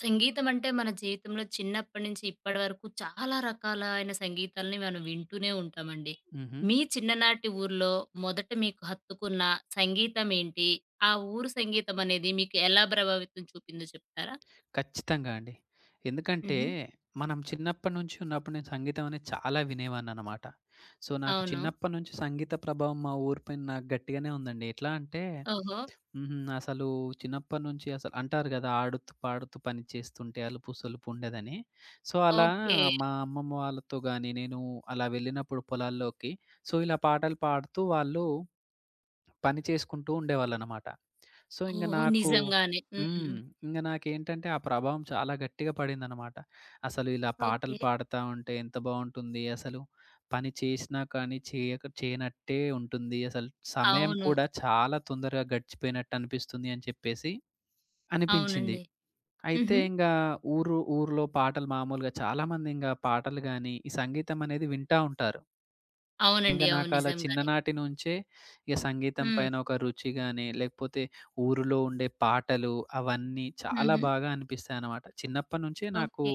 సంగీతం అంటే మన జీవితంలో చిన్నప్పటి నుంచి ఇప్పటి వరకు చాలా రకాలైన సంగీతాల్ని మనం వింటూనే ఉంటామండి. హుహు. మీ చిన్ననాటి ఊర్లో మొదట మీకు హత్తుకున్న సంగీతం ఏంటి? ఆ ఊరు సంగీతం అనేది మీకు ఎలా ప్రభావితం చూపిందో చెప్తారా? ఖచ్చితంగా అండి. ఎందుకంటే, హుహు. మనం చిన్నప్పటి నుంచి ఉన్నప్పుడు నేను సంగీతం అనేది చాలా వినేవాడిననమాట. సో, నాకు అవును. చిన్నప్పటి నుంచి సంగీత ప్రభావం మా ఊరి పైన నాకు గట్టిగానే ఉందండి. ఎట్లా అంటే ఓహో! హ్మ్. అసలు చిన్నప్పటి నుంచి అసలు అంటారు కదా! "ఆడుతూ పాడుతూ పని చేస్తుంటే అలుపు సొలుపు ఉండదని." సో, అలా ఓకే. మా అమ్మమ్మ వాళ్ళతో గాని, నేను అలా వెళ్ళినప్పుడు పొలాల్లోకి, సో, ఇలా పాటలు పాడుతూ వాళ్ళు పని చేసుకుంటూ ఉండేవాళ్ళనమాట. సో, ఇంగ ఓహో! నాకు నిజంగానే. హ్మ్. హ్మ్. ఇంగ నాకేంటంటే, ఆ ప్రభావం చాలా గట్టిగా పడిందనమాట. అసలు ఇలా పాటలు ఓకే. పాడతా ఉంటే ఎంత బావుంటుంది. అసలు పని చేసినా కానీ చేయక చేయనట్టే ఉంటుంది. అసలు సమయం అవును. కూడా చాలా తొందరగా గడిచిపోయినట్టనిపిస్తుంది అని చెప్పేసి అనిపించింది. అవునండి. అయితే హుహు. ఇంగా ఊర్లో పాటలు మామూలుగా చాలామందింగా పాటలు గాని, ఈ సంగీతం అనేది వింటా ఉంటారు. ఇంక అవునండి. అవును. నాకలా నిజంగానే. చిన్ననాటి నుంచే ఇగ సంగీతం హ్మ్. పైన ఒక రుచి గాని, లేకపోతే ఊరిలో ఉండే పాటలు అవన్నీ చాలా హుహు. బాగా అనిపిస్తాయనమాట. చిన్నప్పటినుంచే నాకు ఓకే.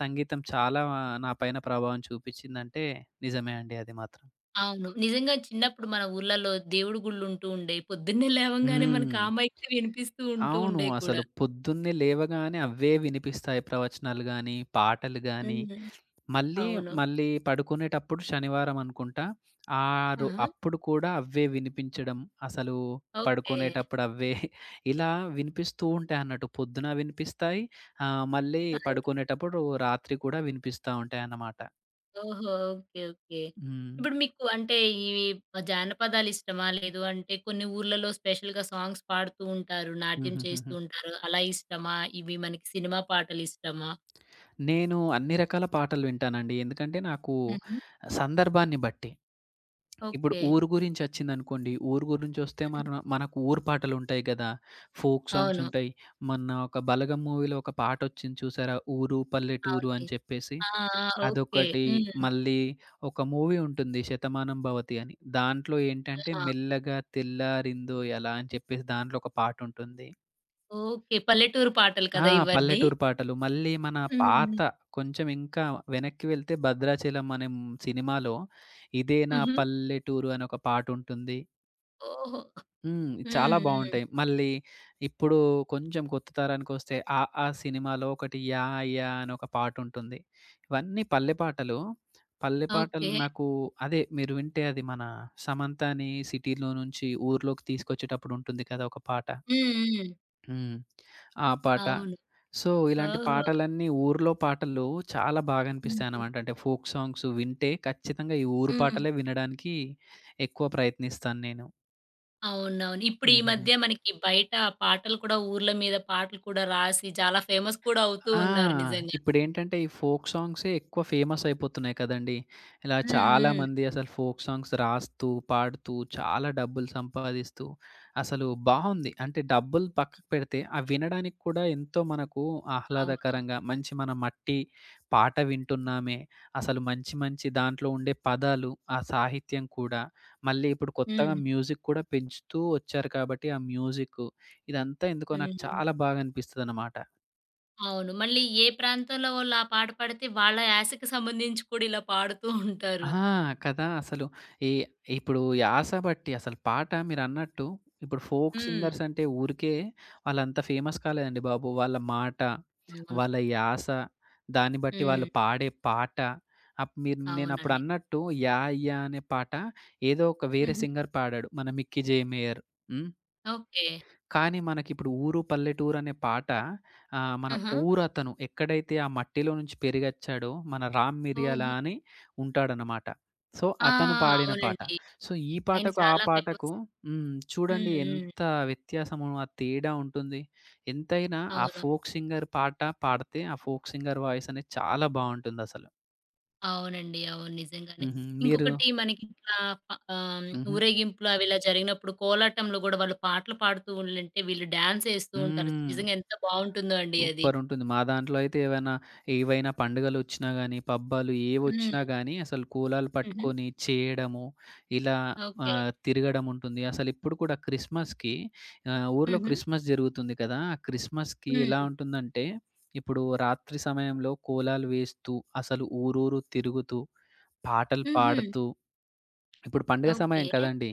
సంగీతం చాలా నా పైన ప్రభావం చూపిచ్చిందంటే నిజమే అండి అది మాత్రం. అవును. నిజంగా చిన్నప్పుడు మన ఊర్లలో దేవుడి గుళ్ళుంటూ ఉండేయి. పొద్దున్నే లేవంగానే మనకు హ్మ్. ఆ మైకులే వినిపిస్తూ ఉంటూ అవును. ఉండేయి కూడా. అసలు పొద్దున్నే లేవగానే అవే వినిపిస్తాయి ప్రవచనాలు గాని, పాటలు గాని. హ్మ్. మళ్ళీ, అవును. మళ్ళీ పడుకునేటప్పుడు శనివారం అనుకుంటా. రో ఆహా! అప్పుడు కూడా అవే వినిపించడం, అసలు ఓకే. పడుకునేటప్పుడు అవే ఇలా వినిపిస్తూ ఉంటాయన్నట్టు. పొద్దున వినిపిస్తాయి. మళ్ళీ సాయంత్రం. పడుకునేటప్పుడు రాత్రి కూడా వినిపిస్తా ఉంటాయన్నమాట. ఓహో! ఓకే. ఓకే. హ్మ్. ఇప్పుడు మీకు అంటే ఇవి జానపదాలిష్టమా? లేదు అంటే కొన్ని ఊర్లలో స్పెషల్‌గా సాంగ్స్ పాడుతూ ఉంటారు. నాట్యం చేస్తూ హుహుహుహు. ఉంటారు. అలా ఇష్టమా? ఇవి మనకి సినిమా పాటలిష్టమా? నేను అన్ని రకాల పాటలు వింటానండి. ఎందుకంటే నాకు హుహు. సందర్భాన్ని బట్టి. ఇప్పుడు ఓకే. ఊరు గురించొచ్చిందనుకోండి. ఊరు గురించొస్తే హ్మ్. మన మనకు ఊరు పాటలుంటాయి గదా! ఫోక్ సాంగ్స్ అవును. ఉంటాయి. మొన్న ఒక 'బలగం' మూవీలో ఒక పాటొచ్చింది చూసారా? 'ఊరు పల్లెటూరు' అవునే. అని చెప్పేసి. ఆ! ఆ! ఓకే. అదొకటి. హ్మ్. మళ్ళీ ఒక మూవీ ఉంటుంది 'శతమానం భవతి' అని. దాంట్లో ఏంటంటే ఆ! 'మెల్లగా తెల్లారిందోయలా' అని చెప్పేసి దాంట్లో ఒక పాటుంటుంది. ఓకే. పల్లెటూరు పాటలు ఆ! కదా ఇవన్నీ? పల్లెటూరు పాటలు. మళ్ళీ మన పాత హ్మ్. కొంచెం ఇంకా వెనక్కి వెళ్తే 'భద్రాచలం' అనే సినిమాలో 'ఇదే నా హుహు. పల్లెటూరు' అని ఒక పాటుంటుంది. ఓహో! హ్మ్. చాలా హ్మ్. హ్మ్. బావుంటాయి. మళ్ళీ ఇప్పుడు కొంచెం కొత్త తరానికొస్తే 'ఆ ఆ' సినిమాలో ఒకటి 'యా యా' అని ఒక పాటుంటుంది. ఇవన్నీ పల్లె పాటలు. పల్లె పాటలు ఓకే. నాకు అదే మీరు వింటే అది మన 'సమంతని' సిటీలో నుంచి ఊర్లోకి తీసుకొచ్చేటప్పుడు ఉంటుంది కదా! ఒక పాట. హ్మ్. హ్మ్. హ్మ్. ఆ పాట. అవును. సో, ఇలాంటి ఓహో! పాటలన్నీ ఊర్లో పాటలు చాలా బాగా హ్మ్. అనిపిస్తాయన్నమాట. అంటే ఫోక్ సాంగ్స్ వింటే ఖచ్చితంగా ఈ ఊరు హ్మ్. పాటలే వినడానికి ఎక్కువ ప్రయత్నిస్తాను నేను. అవునవును. ఇప్పుడు ఈ హుహుహు. మధ్య మనకి బయట పాటలు కూడా ఊర్ల మీద పాటలు కూడా రాసి చాలా ఫేమస్ కూడా అవుతూ ఆ! ఉన్నారు నిజంగా. ఇప్పుడేంటంటే ఈ ఫోక్ సాంగ్సే ఎక్కువ ఫేమస్ అయిపోతున్నాయి కదండీ. ఇలా హ్మ్. హ్మ్. చాలామంది అసలు ఫోక్ సాంగ్స్ రాస్తూ, పాడుతూ చాలా డబ్బులు సంపాదిస్తూ అసలు బావుంది. అంటే డబ్బులు పక్కకు పెడితే అవి వినడానికి కూడా ఎంతో మనకు అవును. ఆహ్లాదకరంగా మంచి మన మట్టి పాట వింటున్నామే. అసలు మంచి మంచి దాంట్లో ఉండే పదాలు, ఆ సాహిత్యం కూడా మళ్ళీ ఇప్పుడు కొత్తగా హ్మ్. మ్యూజిక్ కూడా పెంచుతూ వచ్చారు కాబట్టి ఆ మ్యూజిక్ ఇదంతా ఎందుకో నాకు హ్మ్. చాలా బాగా అనిపిస్తదనమాట. అవును. మళ్ళీ ఏ ప్రాంతంలో వాళ్ళు ఆ పాట పాడితే వాళ్ళ యాసకి సంబంధించి కూడా ఇలా పాడుతూ ఉంటారు. ఆహా! కదా! అసలు ఈ ఇప్పుడు యాస బట్టి అసలు పాట మీరన్నట్టు ఇప్పుడు ఫోక్ సింగర్స్ హ్మ్. అంటే ఊరికే వాళ్ళంత ఫేమస్ కాలేదండి బాబు. వాళ్ళ మాట, అవును. వాళ్ళ యాస, దాన్ని బట్టి వాళ్ళు హ్మ్. పాడే పాట, అప్ మీరు అవునండి. నేనప్పుడన్నట్టు 'యాహ్! యాహ్! అనే పాట ఏదో ఒక వేరే హుహు. సింగర్ పాడాడు. మన 'మిక్కీ జె మేయర్.' హ్మ్. ఓకే. కానీ మనకిప్పుడు 'ఊరు పల్లెటూరు' అనే పాట మన ఆహా! ఊరతను ఎక్కడైతే ఆ మట్టిలో నుంచి పెరిగొచ్చాడో మన 'రామ్ మిరియాల' ఓహో! అని ఉంటాడనమాట. సో, ఆ! అతను పాడిన పాట. అవునండి. సో, ఈ ఆయన పాటకు, ఆ చాలా పాటకు ఫేమస్. హ్మ్. హ్మ్. చూడండి హ్మ్. ఎంత వ్యత్యాసము, ఆ తేడా ఉంటుంది. ఎంతైనా ఆ అవును. ఫోక్ సింగర్ పాట పాడితే, ఆ ఫోక్ సింగర్ వాయిస్ అనేది చాలా బావుంటుందసలు. అవునండి. అవును. నిజంగానే. హుహు. మీరు ఇంకొకటి మనకి ఇట్లా ప ఆహ్, హుహు. ఊరేగింపులు అవి ఇలా జరిగినప్పుడు కోలాటంలో గూడా వాళ్ళు పాటలు పాడుతూ ఉండుంటే వీళ్ళు డాన్స్ ఏస్తూ ఉంటారు. హ్మ్. నిజంగా ఎంత బావుంటుందో అండి అది. సూపరుంటుంది. మా దాంట్లో అయితే ఏవైనా ఏవైనా పండుగలొచ్చినా గానీ, పబ్బాలు ఏవొచ్చినా హ్మ్. గానీ అసలు కోలాలు హుహు. పట్టుకొని చేయడము, ఇలా ఓకే. తిరగడముంటుంది. అసలిప్పుడు కూడా క్రిస్మస్‌కి ఊర్లో హుహు. క్రిస్మస్ జరుగుతుంది కదా! ఆ క్రిస్మస్‌కి హ్మ్. ఎలా ఉంటుందంటే, ఇప్పుడు రాత్రి సమయంలో కోలాలు వేస్తూ, అసలు ఊరూరు తిరుగుతూ, పాటలు హుహు. పాడుతూ ఇప్పుడు పండుగ ఓకే. సమయం కదండీ!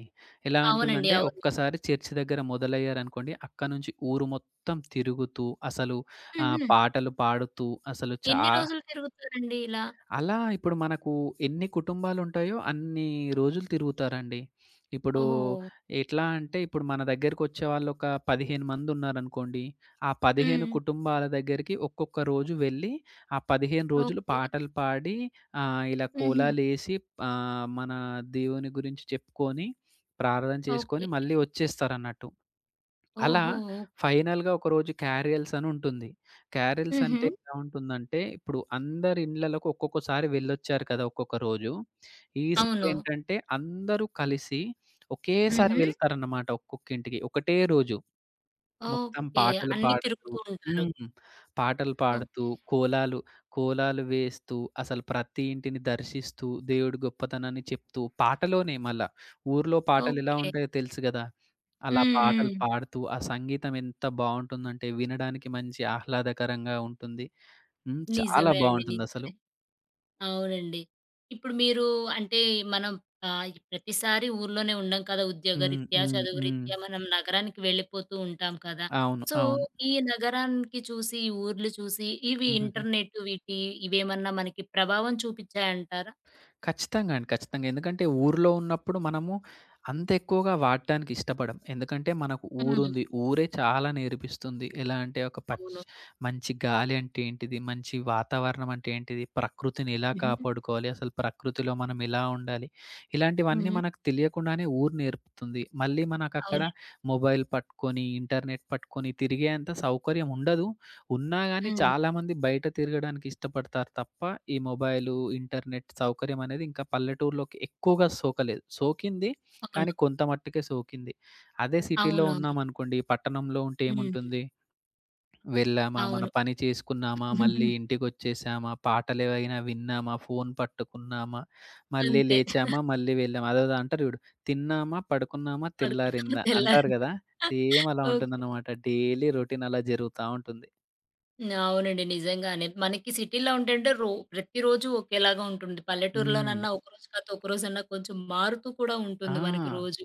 ఎలా అవునండి. ఉంటుందంటే అవును. ఒక్కసారి చర్చి దగ్గర మొదలయ్యారనుకోండి, అక్కడి నుంచి ఊరు మొత్తం తిరుగుతూ, అసలు హుహు. పాటలు పాడుతూ, అసలు ఎన్ని రోజులు తిరుగుతారండి ఇలా? అలా ఇప్పుడు మనకు ఎన్ని కుటుంబాలుంటాయో అన్ని రోజులు తిరుగుతారండి. ఇప్పుడు ఓహో! ఎట్లా అంటే ఇప్పుడు మన దగ్గరకొచ్చే వాళ్ళొక 15 మందున్నారనుకోండి. ఆ 15 హ్మ్. కుటుంబాల దగ్గరికి ఒక్కొక్క రోజు వెళ్ళి, ఆ 15 రోజులు ఓకే. పాటలు పాడి ఇలా హుహు. కోలాలేసి మన దేవుని గురించి చెప్పుకొని, ప్రార్థన చేసుకొని ఓకే. మళ్ళీ వచ్చేస్తారన్నట్టు. అలా ఓహో! ఫైనల్‌గా ఒకరోజు క్యారియల్స్ అని ఉంటుంది. క్యారియల్స్ అంటే హుహు. ఎలా ఉంటుందంటే, ఇప్పుడు అందరి ఇండ్లలకు ఒక్కొక్కసారి వెళ్ళొచ్చారు కదా! ఒక్కొక్క రోజు. ఈసారి అవును. ఏంటంటే అందరూ కలిసి ఒకేసారి హుహు. వెళ్తారన్నమాట ఒక్కొక్కింటికి. ఒకటే రోజు. మొత్తం ఓకే. పాటలు అన్నీ పాడుతూ తిరుగుతూ ఉంటారు. హ్మ్. పాటలు పాడుతూ, ఓకే. కోలాలు కోలాలు వేస్తూ, అసలు ప్రతి ఇంటిని దర్శిస్తూ, దేవుడి గొప్పతనాన్ని చెప్తూ, పాటలోనే మళ్ళా. ఊర్లో పాటలెలా ఓకే. ఉంటాయో తెలుసు గదా! అలా హ్మ్. పాటలు హ్మ్. పాడుతూ, ఆ సంగీతం ఎంత బావుంటుందంటే, వినడానికి మంచి ఆహ్లాదకరంగా ఉంటుంది. హ్మ్. చాలా నిజమే అండి. బావుంటుందసలు. నిజమే. అవునండి. ఇప్పుడు మీరు అంటే మనం ప్రతిసారి ఊర్లోనే ఉండం కదా! హ్మ్. ఉద్యోగరీత్యా, హ్మ్. హ్మ్. చదువురీత్యా మనం నగరానికి వెళ్ళిపోతూ ఉంటాం కదా! అవును. సో, అవును. ఈ నగరానికి చూసి, ఈ ఊర్లు చూసి ఇవి హుహుహు. ఇంటర్నెట్ వీటి ఇవేమన్నా మనకి ప్రభావం చూపించాయంటారా? ఖచ్చితంగా అండి. ఖచ్చితంగా. ఎందుకంటే ఊర్లో ఉన్నప్పుడు మనము అంత ఎక్కువగా వాడటానికి ఇష్టపడం. ఎందుకంటే మనకు హ్మ్. ఊరుంది. ఊరే చాలా నేర్పిస్తుంది. ఎలా అంటే ఒక అవును. మంచి గాలి అంటే ఏంటిది? మంచి వాతావరణం అంటే ఏంటిది? ప్రకృతిని ఎలా హుహు. కాపాడుకోవాలి? అసలు ప్రకృతిలో మనం ఎలా ఉండాలి? ఇలాంటివన్నీ హుహు. మనకు తెలియకుండానే ఊరు నేర్పుతుంది. మళ్ళీ మనకక్కడ అవును. మొబైల్ పట్టుకొని, ఇంటర్నెట్ పట్టుకొని తిరిగేంత సౌకర్యం ఉండదు. ఉన్నా గాని హ్మ్. చాలామంది బయట తిరగడానికి ఇష్టపడతారు తప్ప, ఈ మొబైలు, ఇంటర్నెట్ సౌకర్యం అనేది ఇంకా పల్లెటూరులోకి ఎక్కువగా సోకలేదు. సోకింది, అవును. కానీ కొంత మట్టుకే సోకింది. అదే సిటీలో అవునవును. ఉన్నామనుకోండి, పట్టణంలో ఉంటే హ్మ్. ఏముంటుంది? వెళ్ళామా, మన అవును. పని చేసుకున్నామా, మళ్ళీ ఇంటికొచ్చేసామా, పాటలేవైనా విన్నామా, ఫోను పట్టుకున్నామా, మళ్ళీ అంతే. లేచామా, మళ్ళీ వెళ్ళామా. అదేదో అంటారు చూడు, తిన్నామా, పడుకున్నామా, పడుకున్నామా తెల్లారిందా అంటారు తెల్లారిందా. గదా! సేమ్ అలా ఓకే. ఉంటుందన్నమాట. డైలీ రొటీన్ అలా జరుగుతా ఉంటుంది. అవునండి. నిజంగానే. మనకి సిటీలో ఉంటంటే రో ప్రతిరోజు ఒకేలాగా ఉంటుంది. హ్మ్. పల్లెటూరులోనన్నా ఒకరోజు కాతే ఒకరోజన్నా కొంచెం మారుతూ కూడా ఆ! ఉంటుంది మనకి రోజు.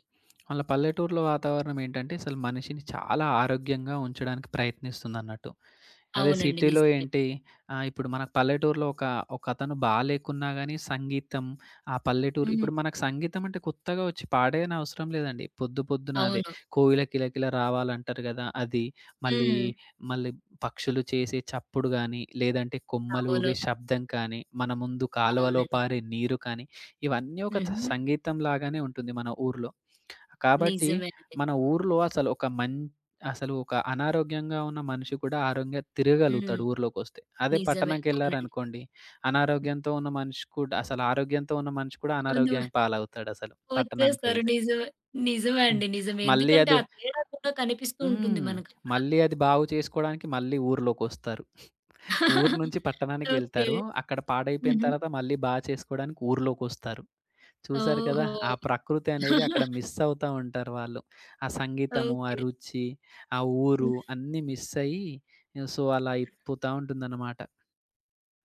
అలా పల్లెటూరులో వాతావరణం ఏంటంటే, అసలు మనిషిని చాలా ఆరోగ్యంగా ఉంచడానికి ప్రయత్నిస్తుందన్నట్టు. అదే అవునండి. సిటీలో నిజమే. ఏంటి, ఇప్పుడు మన పల్లెటూరులో ఒకతను బాలేకున్నా గానీ సంగీతం, ఆ పల్లెటూరు హ్మ్. ఇప్పుడు మనకు సంగీతం అంటే కొత్తగా వచ్చి పాడేయనవసరం లేదండి. పొద్దు పొద్దున అదే అవును. కోయిల కిలకిల రావాలంటారు గదా! అది. మళ్ళీ, హ్మ్. మళ్ళీ పక్షులు చేసే చప్పుడు గానీ, లేదంటే కొమ్మలు అవును. ఊగే శబ్దం కానీ, మన ముందు కాలువలో అవునండి. పారే నీరు కానీ, ఇవన్నీ ఒక హుహు. సంగీతం లాగానే ఉంటుంది మన ఊర్లో. కాబట్టి నిజమే అండి. మన ఊర్లో అసలు ఒక మం అసలు ఒక అనారోగ్యంగా ఉన్న మనిషి కూడా ఆరోగ్యంగా హ్మ్. తిరగలుగుతాడు ఊర్లోకొస్తే. అదే నిజమే. అవునండి. పట్టణంకెళ్లారనుకోండి, అనారోగ్యంతో ఉన్న మనిషి కూడా అసలు ఆరోగ్యంతో ఉన్న మనిషి కూడా అవును. అనారోగ్యానికి పాలవుతాడసలు వచ్చేస్తారు. పట్టణానికెళ్తే. నిజమే. నిజమే హ్మ్. అండి. నిజమే. మళ్ళీ ఎందుకంటే అది ఆ తేడా కూడా కనిపిస్తూ ఉంటుంది హ్మ్. మనకక్కడ. మళ్ళీ అది బాగు చేసుకోవడానికి మళ్ళీ ఊర్లోకొస్తారు. ఊరు నుంచి పట్టణానికి ఓకే. వెళ్తారు. అక్కడ పాడైపోయిన హుహు. తర్వాత మళ్ళీ బాగా చేసుకోవడానికి ఊర్లోకొస్తారు. చూసారు కదా! ఓహో! ఆ ప్రకృతి అనేది అక్కడ మిస్ అవుతా ఉంటారు వాళ్ళు. ఆ సంగీతము, ఆ ఓకే. రుచి, ఆ ఊరు అన్నీ మిస్ అయ్యి సో, అలా అయిపోతా ఉంటుందన్నమాట.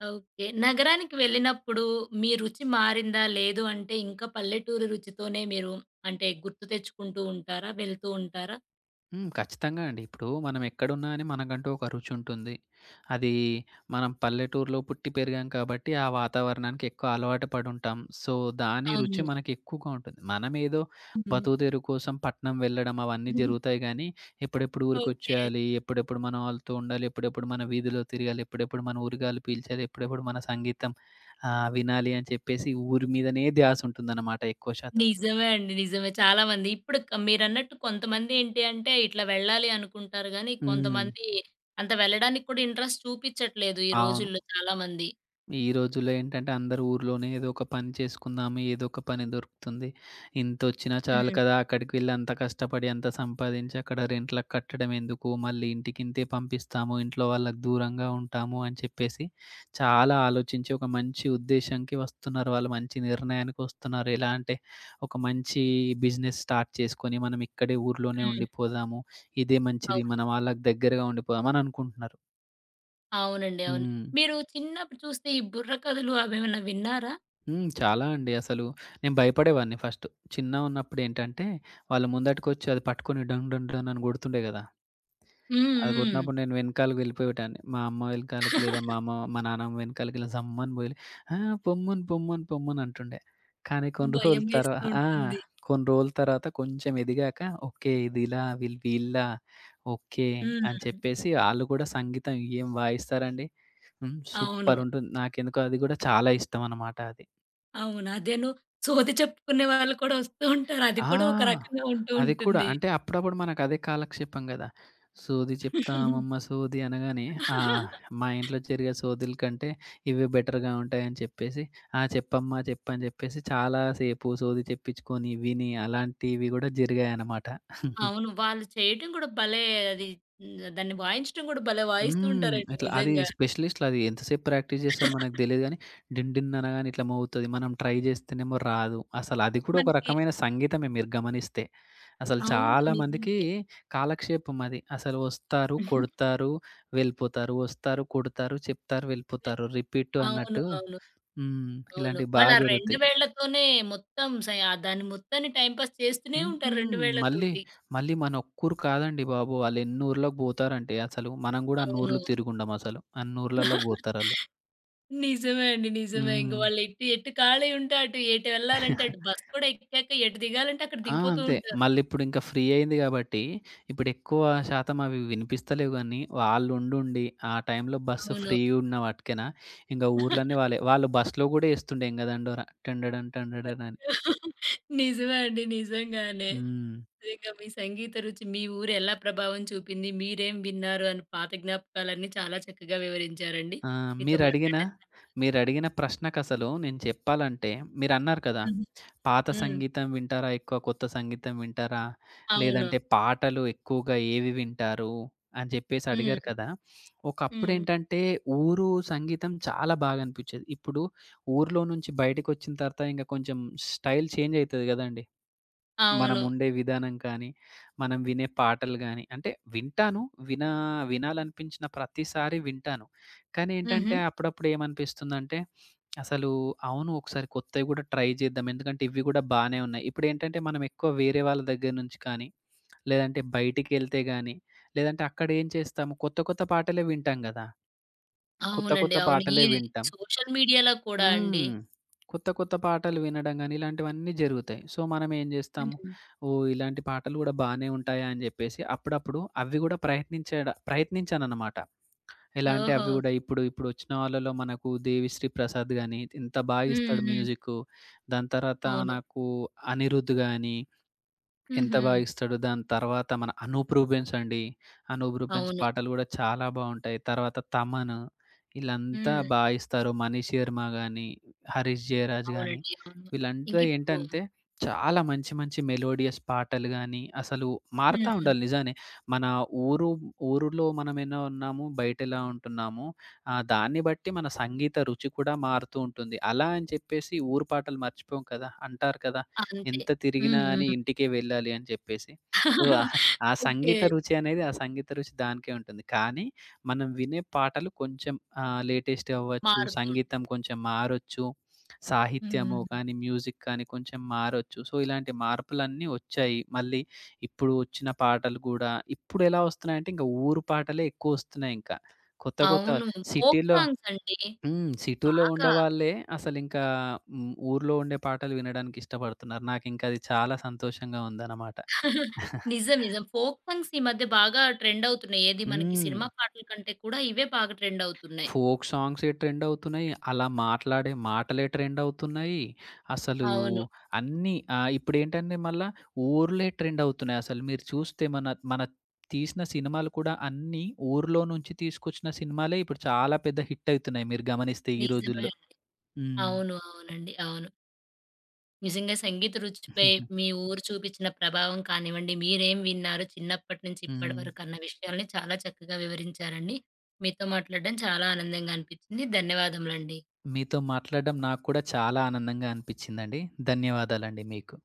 ఓకే. నగరానికి వెళ్ళినప్పుడు మీ రుచి మారిందా? లేదు అంటే ఇంకా పల్లెటూరి రుచితోనే మీరు అంటే గుర్తు తెచ్చుకుంటూ ఉంటారా? వెళ్తూ ఉంటారా? హ్మ్. ఖచ్చితంగా అండి. ఇప్పుడు మనం ఎక్కడున్నా అని మనకంటూ ఒక రుచి ఉంటుంది. అది మనం పల్లెటూరులో పుట్టి పెరిగాం కాబట్టి ఆ వాతావరణానికి ఎక్కువ అలవాటు పడుంటాం. సో, దాని రుచి అవును. మనకి ఎక్కువగా ఉంటుంది. మనమేదో హ్మ్. బతుకుదెరువు కోసం పట్నం వెళ్ళడం అవన్నీ జరుగుతాయి గానీ, ఎప్పుడెప్పుడు ఓకే. ఊరికొచ్చేయాలి, ఎప్పుడెప్పుడు మనం ఆళ్ళతో ఉండాలి, ఎప్పుడెప్పుడు మన వీధిలో తిరగాలి, ఎప్పుడెప్పుడు మన ఊరుగాలి పీల్చాలి, ఎప్పుడెప్పుడు మన సంగీతం వినాలి అని చెప్పేసి ఊరి మీదనే ధ్యాస ఉంటుందన్నమాట ఎక్కువ శాతం. నిజమే అండి. నిజమే. చాలా మంది ఇప్పుడు క మీరన్నట్టు కొంతమంది ఏంటి అంటే ఇట్లా వెళ్ళాలి అనుకుంటారు గానీ, హ్మ్. కొంతమంది అంత వెళ్ళడానికి కూడా ఇంట్రెస్ట్ చూపిచ్చట్లేదు ఈ అవును. రోజుల్లో చాలా మంది. ఈ రోజుల్లో ఏంటంటే అందరూ ఊర్లోనే ఏదో ఒక పని చేసుకుందాము. ఏదో ఒక పని దొరుకుతుంది. ఇంతొచ్చినా చాలు కదా! హ్మ్. అక్కడికి వెళ్లి అంత కష్టపడి అంత సంపాదించి అక్కడ రెంట్‌లకి కట్టడం ఎందుకు? మళ్ళీ ఇంటికింతే పంపిస్తాము. ఇంట్లో వాళ్ళకి దూరంగా ఉంటాము అని చెప్పేసి చాలా ఆలోచించి ఒక మంచి ఉద్దేశ్యంకి వస్తున్నారు. వాళ్ళు మంచి నిర్ణయానికి వస్తున్నారు. ఎలా అంటే ఒక మంచి బిజినెస్ స్టార్ట్ చేసుకొని మనం ఇక్కడే ఊర్లోనే హ్మ్. ఉండిపోదాము. ఇదే మంచిది. మన అవును. వాళ్ళకి దగ్గరగా ఉండిపోదాం అని అనుకుంటున్నారు. అవునండి. అవును. హ్మ్. మీరు చిన్నప్పుడు చూస్తే ఈ బుర్ర కథలు అవేమన్నా విన్నారా? హ్మ్. చాలా అండి. అసలు నేను భయపడేవాడిని ఫస్ట్. చిన్నగున్నప్పుడేంటంటే, వాళ్ళు ముందటికొచ్చి అది పట్టుకొని డంగ్ డంగ్ డంగ్ అని కొడుతుండే గదా! హ్మ్. అది హ్మ్. కొట్టినప్పుడు నేను వెనకాలకి వెళ్ళిపోయేటోన్ని. మా అమ్మ వెనకాలకి లేదా మా అమ్మ, మా నాన్నమ్మ వెనకాలకి ఇలా సమ్మని పోయి ఆ! పొమ్మను, పొమ్మను, పొమ్మను అంటుండే. కానీ కొన్ని రోజుల భయం తర్వా వేస్తూ ఆ! ఉంటుంది. కొన్ని రోజుల తర్వాత కొంచెం ఎదిగాక ఓకే. ఇది ఇలా వీళ్ళు వీళ్ళా ఓకే. హ్మ్. అని చెప్పేసి ఆళ్ళు గూడా సంగీతం ఏం వాయిస్తారండి. హ్మ్. అవును. సూపరుంటుంది. నాకెందుకో అది గూడా చాలా ఇష్టమనమాట అది. అవును. అదేను సోది చెప్పుకునే వాళ్ళు కూడా వస్తూ ఉంటారు. అది కూడా ఒక ఆ! రకంగా ఉంటూ అది కూడా. ఉంటుంది. అంటే అప్పుడప్పుడు మనకదే కాలక్షేపం గదా! సోది చెప్తామమ్మ సోది అనగానే, ఆ! మా ఇంట్లో జరిగే సోదుల కంటే ఇవే బెటర్‌గా ఉంటాయని చెప్పేసి, ఆ! చెప్పమ్మా చెప్పని చెప్పేసి చాలా సేపు సోది చెప్పించుకొని, విని అలాంటివి గూడా జరిగాయన్నమాట. అవును. వాళ్ళు చేయటం కూడా భలే అది. హ్మ్. దాన్ని వాయించడం కూడా భలే వాయిస్తూ హ్మ్. ఉంటారండి ఇట్లా అది నిజంగా. స్పెషలిస్ట్‌లది ఎంతసేపు ప్రాక్టీస్ జేస్తారో మనకు తెలీదు గానీ, డిన్ డిన్ అనగానే ఇట్లా మోగుతది. మనం ట్రై జేస్తేనేమో రాదు. అసలది కూడా ఒక మనకి రకమైన సంగీతమే మీరు గమనిస్తే. అసలు అవును. చాలా మందికి నిజమే. కాలక్షేపం అది. అసలు వస్తారు, కొడతారు, వెళ్ళిపోతారు. వస్తారు, కొడతారు, చెప్తారు, వెళ్ళిపోతారు. రిపీట్ అవును. అన్నట్టు అవును. హ్మ్. అవును. ఇలాంటివి బా వాళ్ళు ఆ 2 జరుగుతాయి. వేళ్ళతోనే మొత్తం సయ దాన్ని మొత్తాన్ని టైమ్ పాస్ చేస్తూనే హుహు. ఉంటారు 2 మళ్ళీ, వేళ్ళతోటి. మళ్ళీ మనొక్కూరు కాదండి బాబు! ఆళ్ళెన్ని ఊర్లకు బోతారంటే అసలు మనం గూడా అన్ని అవును. ఊర్లు తిరిగుండమసలు. అన్ని ఊర్లలోకి బోతారాళ్ళు. నిజమే అండి. నిజమే. ఇంక హ్మ్. వాళ్ళు ఎటు ఎటు ఖాళీ ఉంటే అటు, ఎటు వెళ్ళాలంటే అటు. బస్ కూడా ఎక్కాక ఎటు దిగాలంటే అక్కడ ఆ! దిగిపోతూ అంతే. ఉంటారు. మళ్ళిప్పుడింక ఫ్రీ అయింది గాబట్టి, ఇప్పుడెక్కువ శాతం అవి వినిపిస్తలేవు గానీ, వాళ్ళుండుండి, ఆ టైంలో బస్సు అవును. ఫ్రీగున్న వాటికేన, ఇంగ ఊర్లన్నీ వాళ్ళే. వాళ్ళు బస్‌లో గూడా ఏస్తుండే ఎంగదండోర. టండడన్ టండడన్ అని. నిజమే అండి. నిజంగానే. హ్మ్. నిజంగా మీ సంగీత రుచి మీ ఊరు ఎలా ప్రభావం చూపింది, మీరేం విన్నారు అని పాత జ్ఞాపకాలన్నీ చాలా చక్కగా వివరించారండి. ఆ! మీతో మీరడిగిన మాట్లాడడం. మీరడిగిన ప్రశ్నకసలు నేను చెప్పాలంటే మీరన్నారు కదా! హ్మ్. పాత హ్మ్. సంగీతం వింటారా ఎక్కువ? కొత్త సంగీతం వింటారా? అవును. లేదంటే పాటలు ఎక్కువగా ఏవి వింటారు? అని జెప్పేసి అడిగారు హ్మ్. కదా! హ్మ్. ఒకప్పుడేంటంటే ఊరు సంగీతం చాలా బాగా అనిపిచ్చేది. ఇప్పుడు ఊర్లో నుంచి బయటికొచ్చిన తర్వాత ఇంక కొంచెం స్టైల్ చేంజ్ అయితది గదండీ! అవును. మనముండే విధానం కానీ, మనం వినే పాటలు గానీ, అంటే వింటాను. వినా వినాలనిపించిన ప్రతిసారి వింటాను. కానీ ఏంటంటే, హుహు. అప్పుడప్పుడు ఏమనిపిస్తుందంటే, అసలు అవును ఒకసారి కొత్తవి గూడా ట్రై చేద్దాం. ఎందుకంటే, ఇవి గూడా బానే ఉన్నాయి. ఇప్పుడేంటంటే, మనం ఎక్కువ వేరే వాళ్ళ దగ్గర నుంచి కానీ, లేదంటే బయటికెళ్తే గానీ, లేదంటే అక్కడేం చేస్తాము, కొత్త కొత్త పాటలే వింటాం గదా! కొత్త అవునండి. కొత్త అవును. ఈ పాటలే వింటాం. సోషల్ మీడియాలో కూడా అండి. హ్మ్. కొత్త కొత్త పాటలు వినడం గాని, ఇలాంటివన్నీ జరుగుతాయి. సో, మనం ఏం జేస్తాము, హ్మ్. ఓహ్! ఇలాంటి పాటలు గూడా బానే ఉంటాయా అని జెప్పేసి అప్పుడప్పుడు అవి గూడా ప్రయత్నించాననమాట. ఎలా అంటే ఓహో! అవి గూడా ఇప్పుడు ఇప్పుడొచ్చిన వాళ్ళలో మనకు 'దేవిశ్రీ ప్రసాద్' గాని ఎంత హ్మ్. బాగిస్తాడు హ్మ్. మ్యూజిక్కు. దాని తర్వాత అవును. నాకు 'అనిరుద్' గాని ఎంత హుహు. బాగా ఇస్తాడో, దాని తర్వాత మన అనూప్ రూబెన్స్ అండి. అనూప్ రూబెన్స్ అవును. పాటలు గూడా చాలా బావుంటాయి. తర్వాత తమన్ ఈళ్ళంతా హ్మ్. బా ఇస్తారు. మనీ శర్మ గాని, హరీష్ జయరాజ్ గాని అవునండి. అవును. వీళ్ళంతా ఇంకిప్పుడు ఏంటంటే చాలా మంచి మంచి మెలోడియస్ పాటలు గాని అసలు మారుతా హ్మ్. ఉండాలి నిజానే. మన ఊరు ఊరులో మనమెలా ఉన్నాము, బయటెలా ఉంటున్నాము దాన్ని బట్టి మన సంగీత రుచి కూడా మారుతూ ఉంటుంది. అలా అని చెప్పేసి ఊరు పాటలు మర్చిపోము కదా! అంటారు కదా! అంతే. ఎంత తిరిగినా హ్మ్. అని హ్మ్. ఇంటికే వెళ్ళాలి అని చెప్పేసి. సో, ఆ ఆ ఓకే. సంగీత రుచి అనేది ఆ సంగీత రుచి దానికే ఉంటుంది. కానీ మనం వినే పాటలు కొంచెం లేటెస్ట్ అవ్వచ్చు. మారుతూ ఉంటాయి. సంగీతం కొంచెం మారొచ్చు. సాహిత్యము హ్మ్. కానీ, మ్యూజిక్ కానీ కొంచెం మారొచ్చు. సో, ఇలాంటి మార్పులన్నీ వచ్చాయి. మళ్ళీ ఇప్పుడు వచ్చిన పాటలు గూడా ఇప్పుడెలా వస్తున్నాయంటే, ఇంక ఊరు పాటలే ఎక్కువొస్తున్నాయింకా. కొత్త కొత్త అవును. ఫోక్ సిటీలో సాంగ్స్ అండి. హ్మ్. సిటీలో బాగా. ఉండేవాళ్ళే అసలింకా హ్మ్. ఊర్లో ఉండే పాటలు వినడానికి ఇష్టపడుతున్నారు. నాకింక అది చాలా సంతోషంగా ఉందనమాట. నిజం. నిజం. ఫోక్ సాంగ్స్ ఈ మధ్య బాగా ట్రెండ్ అవుతున్నాయి. ఏది మనకి హ్మ్. సినిమా పాటల కంటే కూడా ఇవే బాగా ట్రెండ్ అవుతున్నాయి. ఫోక్ సాంగ్సే ట్రెండ్ అవుతున్నాయి. అలా మాట్లాడే మాటలే ట్రెండ్ అవుతున్నాయి. అసలు అవును. అన్నీ ఇప్పుడేంటంటే మళ్ళా ఊర్లే ట్రెండ్ అవుతున్నాయి. అసలు మీరు చూస్తే మన మన తీసిన సినిమాలు కూడా అన్నీ ఊర్లో నుంచి తీసుకొచ్చిన సినిమాలే ఇప్పుడు చాలా పెద్ద హిట్ అయితున్నాయి మీరు గమనిస్తే ఈ నిజమే. రోజుల్లో. హ్మ్. అవును. అవునండి. అవును. నిజంగా సంగీత రుచిపై మీ ఊరు చూపించిన ప్రభావం కానివ్వండి, మీరేం విన్నారు చిన్నప్పటి నుంచి ఇప్పటి హ్మ్. వరకు అన్న విషయాల్ని చాలా చక్కగా వివరించారండి. మీతో మాట్లాడడం చాలా ఆనందంగా అనిపించింది. ధన్యవాదములండి. మీతో మాట్లాడడం నాకు కూడా చాలా ఆనందంగా అనిపించిందండి. ధన్యవాదాలండి మీకు.